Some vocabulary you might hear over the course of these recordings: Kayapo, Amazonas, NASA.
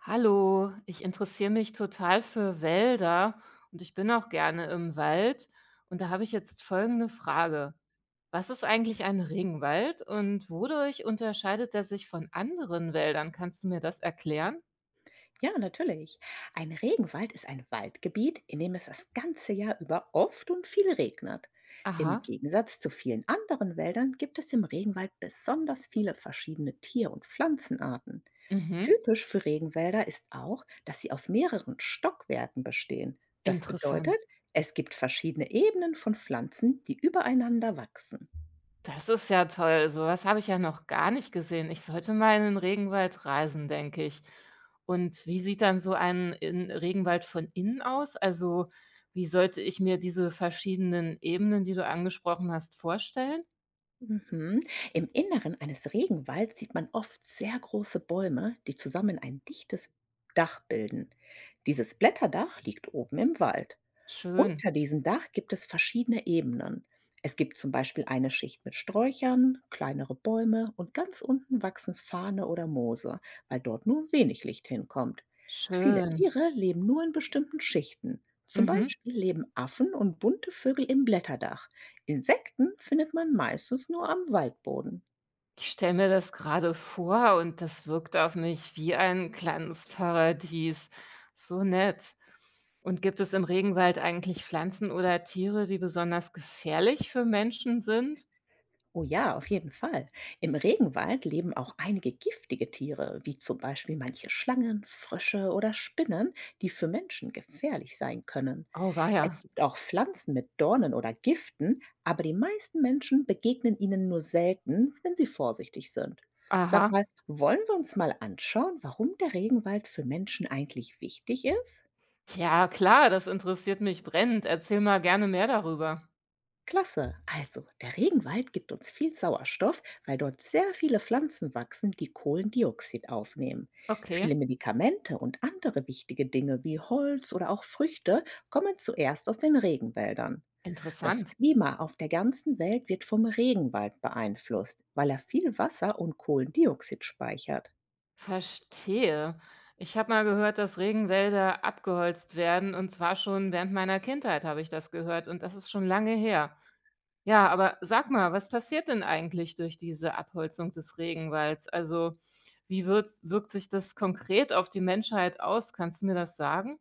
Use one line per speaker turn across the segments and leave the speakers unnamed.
Hallo, ich interessiere mich total für Wälder und ich bin auch gerne im Wald. Und da habe ich jetzt folgende Frage. Was ist eigentlich ein Regenwald und wodurch unterscheidet er sich von anderen Wäldern? Kannst du mir das erklären?
Ja, natürlich. Ein Regenwald ist ein Waldgebiet, in dem es das ganze Jahr über oft und viel regnet. Im
Aha,
Gegensatz zu vielen anderen Wäldern gibt es im Regenwald besonders viele verschiedene Tier- und Pflanzenarten.
mhm,
Typisch für Regenwälder ist auch, dass sie aus mehreren Stockwerken bestehen. Das bedeutet,
interessant.
es gibt verschiedene Ebenen von Pflanzen, die übereinander wachsen.
Das ist ja toll. So was habe ich ja noch gar nicht gesehen. Ich sollte mal in den Regenwald reisen, denke ich. Und wie sieht dann so ein in Regenwald von innen aus? Also, wie sollte ich mir diese verschiedenen Ebenen, die du angesprochen hast, vorstellen?
Mhm. Im Inneren eines Regenwalds sieht man oft sehr große Bäume, die zusammen ein dichtes Dach bilden. Dieses Blätterdach liegt oben im Wald.
Schön,
Unter diesem Dach gibt es verschiedene Ebenen. Es gibt zum Beispiel eine Schicht mit Sträuchern, kleinere Bäume und ganz unten wachsen Fahne oder Moose, weil dort nur wenig Licht hinkommt. Viele
schön.
Tiere leben nur in bestimmten Schichten. Zum
Mhm.
Beispiel leben Affen und bunte Vögel im Blätterdach. Insekten findet man meistens nur am Waldboden.
Ich stelle mir das gerade vor und das wirkt auf mich wie ein kleines Paradies. So nett. Und gibt es im Regenwald eigentlich Pflanzen oder Tiere, die besonders gefährlich für Menschen sind?
Oh ja, auf jeden Fall. Im Regenwald leben auch einige giftige Tiere, wie zum Beispiel manche Schlangen, Frösche oder Spinnen, die für Menschen gefährlich sein können.
Oh, weia.
Es gibt auch Pflanzen mit Dornen oder Giften, aber die meisten Menschen begegnen ihnen nur selten, wenn sie vorsichtig sind. Sag
Aha.
mal, wollen wir uns mal anschauen, warum der Regenwald für Menschen eigentlich wichtig ist?
Ja, klar, das interessiert mich brennend. Erzähl mal gerne mehr darüber.
Klasse. Also, der Regenwald gibt uns viel Sauerstoff, weil dort sehr viele Pflanzen wachsen, die Kohlendioxid aufnehmen.
Okay,
Viele Medikamente und andere wichtige Dinge wie Holz oder auch Früchte kommen zuerst aus den Regenwäldern. Das
interessant.
Klima auf der ganzen Welt wird vom Regenwald beeinflusst, weil er viel Wasser und Kohlendioxid speichert.
Verstehe. Ich habe mal gehört, dass Regenwälder abgeholzt werden und zwar schon während meiner Kindheit habe ich das gehört und das ist schon lange her. Ja, aber sag mal, was passiert denn eigentlich durch diese Abholzung des Regenwalds? Also, wie wirkt sich das konkret auf die Menschheit aus? Kannst du mir das sagen?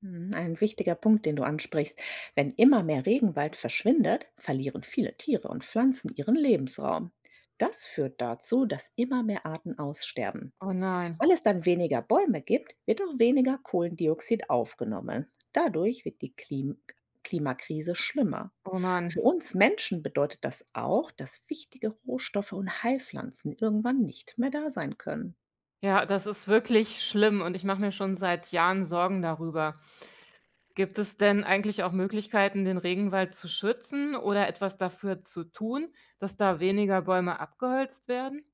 Mhm, ein wichtiger Punkt, den du ansprichst. Wenn immer mehr Regenwald verschwindet, verlieren viele Tiere und Pflanzen ihren Lebensraum. Das führt dazu, dass immer mehr Arten aussterben.
Oh nein,
Weil es dann weniger Bäume gibt, wird auch weniger Kohlendioxid aufgenommen. Dadurch wird die Klimakrise schlimmer.
oh Mann.
Für uns Menschen bedeutet das auch, dass wichtige Rohstoffe und Heilpflanzen irgendwann nicht mehr da sein können.
Ja, das ist wirklich schlimm und ich mache mir schon seit Jahren Sorgen darüber. Gibt es denn eigentlich auch Möglichkeiten, den Regenwald zu schützen oder etwas dafür zu tun, dass da weniger Bäume abgeholzt werden?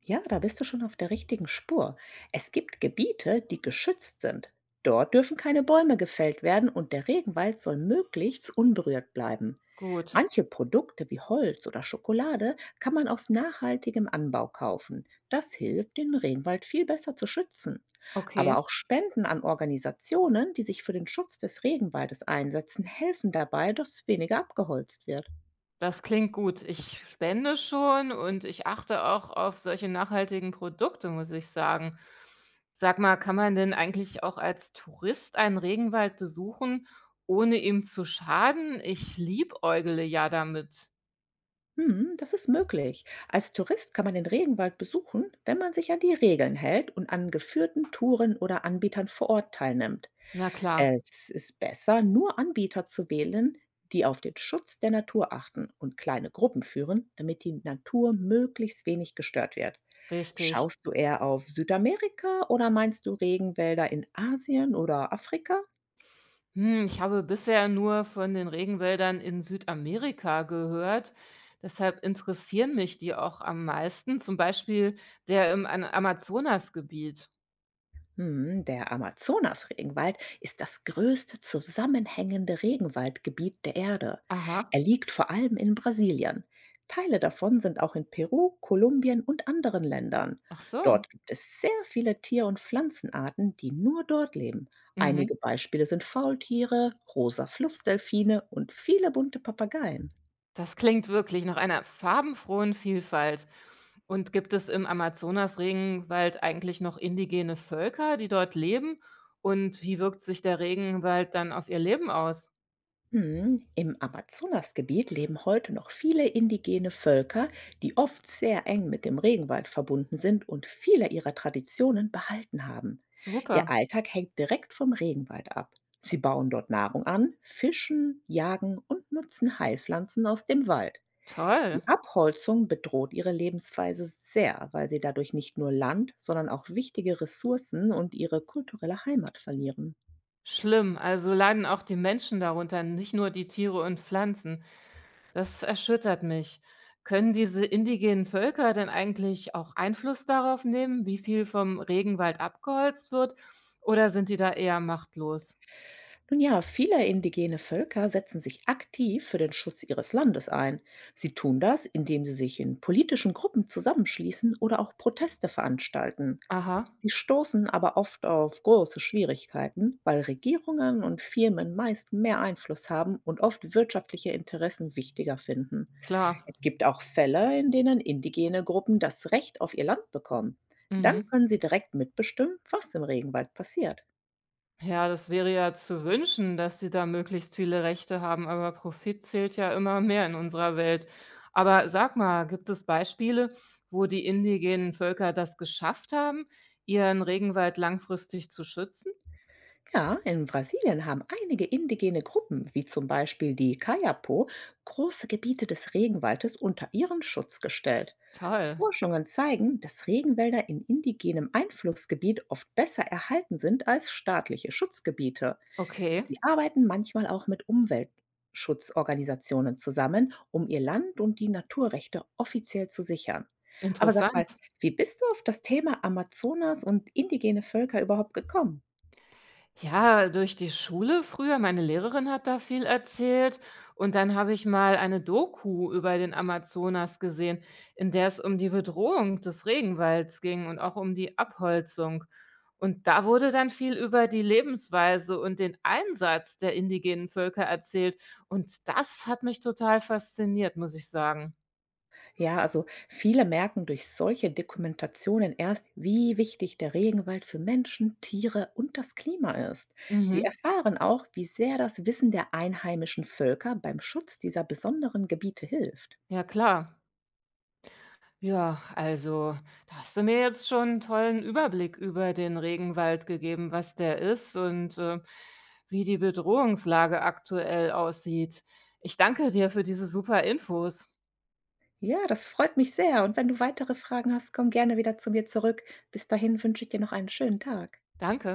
Ja, da bist du schon auf der richtigen Spur. Es gibt Gebiete, die geschützt sind. Dort dürfen keine Bäume gefällt werden und der Regenwald soll möglichst unberührt bleiben.
Gut,
Manche Produkte wie Holz oder Schokolade kann man aus nachhaltigem Anbau kaufen. Das hilft, den Regenwald viel besser zu schützen. Aber
okay.
auch Spenden an Organisationen, die sich für den Schutz des Regenwaldes einsetzen, helfen dabei, dass weniger abgeholzt wird.
Das klingt gut. Ich spende schon und ich achte auch auf solche nachhaltigen Produkte, muss ich sagen. Sag mal, kann man denn eigentlich auch als Tourist einen Regenwald besuchen, ohne ihm zu schaden? Ich liebäugle ja damit.
Mhm, das ist möglich. Als Tourist kann man den Regenwald besuchen, wenn man sich an die Regeln hält und an geführten Touren oder Anbietern vor Ort teilnimmt.
Na klar,
Es ist besser, nur Anbieter zu wählen, die auf den Schutz der Natur achten und kleine Gruppen führen, damit die Natur möglichst wenig gestört wird.
richtig.
Schaust du eher auf Südamerika oder meinst du Regenwälder in Asien oder Afrika?
Hm, ich habe bisher nur von den Regenwäldern in Südamerika gehört. Deshalb interessieren mich die auch am meisten, zum Beispiel der im Amazonasgebiet.
Hm, der Amazonas-Regenwald ist das größte zusammenhängende Regenwaldgebiet der Erde.
Aha,
Er liegt vor allem in Brasilien. Teile davon sind auch in Peru, Kolumbien und anderen Ländern.
ach so.
Dort gibt es sehr viele Tier- und Pflanzenarten, die nur dort leben.
Mhm.
Einige Beispiele sind Faultiere, rosa Flussdelfine und viele bunte Papageien.
Das klingt wirklich nach einer farbenfrohen Vielfalt. Und gibt es im Amazonas-Regenwald eigentlich noch indigene Völker, die dort leben? Und wie wirkt sich der Regenwald dann auf ihr Leben aus?
Mhm. Im Amazonasgebiet leben heute noch viele indigene Völker, die oft sehr eng mit dem Regenwald verbunden sind und viele ihrer Traditionen behalten haben. Ihr
Super,
Alltag hängt direkt vom Regenwald ab. Sie bauen dort Nahrung an, fischen, jagen und nutzen Heilpflanzen aus dem Wald.
toll,
Die Abholzung bedroht ihre Lebensweise sehr, weil sie dadurch nicht nur Land, sondern auch wichtige Ressourcen und ihre kulturelle Heimat verlieren.
schlimm. Also leiden auch die Menschen darunter, nicht nur die Tiere und Pflanzen. Das erschüttert mich. Können diese indigenen Völker denn eigentlich auch Einfluss darauf nehmen, wie viel vom Regenwald abgeholzt wird? Oder sind die da eher machtlos?
Nun ja, viele indigene Völker setzen sich aktiv für den Schutz ihres Landes ein. Sie tun das, indem sie sich in politischen Gruppen zusammenschließen oder auch Proteste veranstalten.
Aha.
Sie stoßen aber oft auf große Schwierigkeiten, weil Regierungen und Firmen meist mehr Einfluss haben und oft wirtschaftliche Interessen wichtiger finden.
Klar.
Es gibt auch Fälle, in denen indigene Gruppen das Recht auf ihr Land bekommen. Dann
Mhm.
können sie direkt mitbestimmen, was im Regenwald passiert.
Ja, das wäre ja zu wünschen, dass sie da möglichst viele Rechte haben, aber Profit zählt ja immer mehr in unserer Welt. Aber sag mal, gibt es Beispiele, wo die indigenen Völker das geschafft haben, ihren Regenwald langfristig zu schützen?
Ja, in Brasilien haben einige indigene Gruppen, wie zum Beispiel die Kayapo, große Gebiete des Regenwaldes unter ihren Schutz gestellt.
Toll.
Forschungen zeigen, dass Regenwälder in indigenem Einflussgebiet oft besser erhalten sind als staatliche Schutzgebiete. Sie
Okay,
arbeiten manchmal auch mit Umweltschutzorganisationen zusammen, um ihr Land und die Naturrechte offiziell zu sichern. Aber sag mal,
interessant.
wie bist du auf das Thema Amazonas und indigene Völker überhaupt gekommen?
Ja, durch die Schule früher, meine Lehrerin hat da viel erzählt und dann habe ich mal eine Doku über den Amazonas gesehen, in der es um die Bedrohung des Regenwalds ging und auch um die Abholzung. Und da wurde dann viel über die Lebensweise und den Einsatz der indigenen Völker erzählt und das hat mich total fasziniert, muss ich sagen.
Ja, also viele merken durch solche Dokumentationen erst, wie wichtig der Regenwald für Menschen, Tiere und das Klima ist. Sie
Mhm.
erfahren auch, wie sehr das Wissen der einheimischen Völker beim Schutz dieser besonderen Gebiete hilft.
Ja, klar. Ja, also, da hast du mir jetzt schon einen tollen Überblick über den Regenwald gegeben, was der ist und, wie die Bedrohungslage aktuell aussieht. Ich danke dir für diese super Infos.
Ja, das freut mich sehr. Und wenn du weitere Fragen hast, komm gerne wieder zu mir zurück. Bis dahin wünsche ich dir noch einen schönen Tag.
Danke.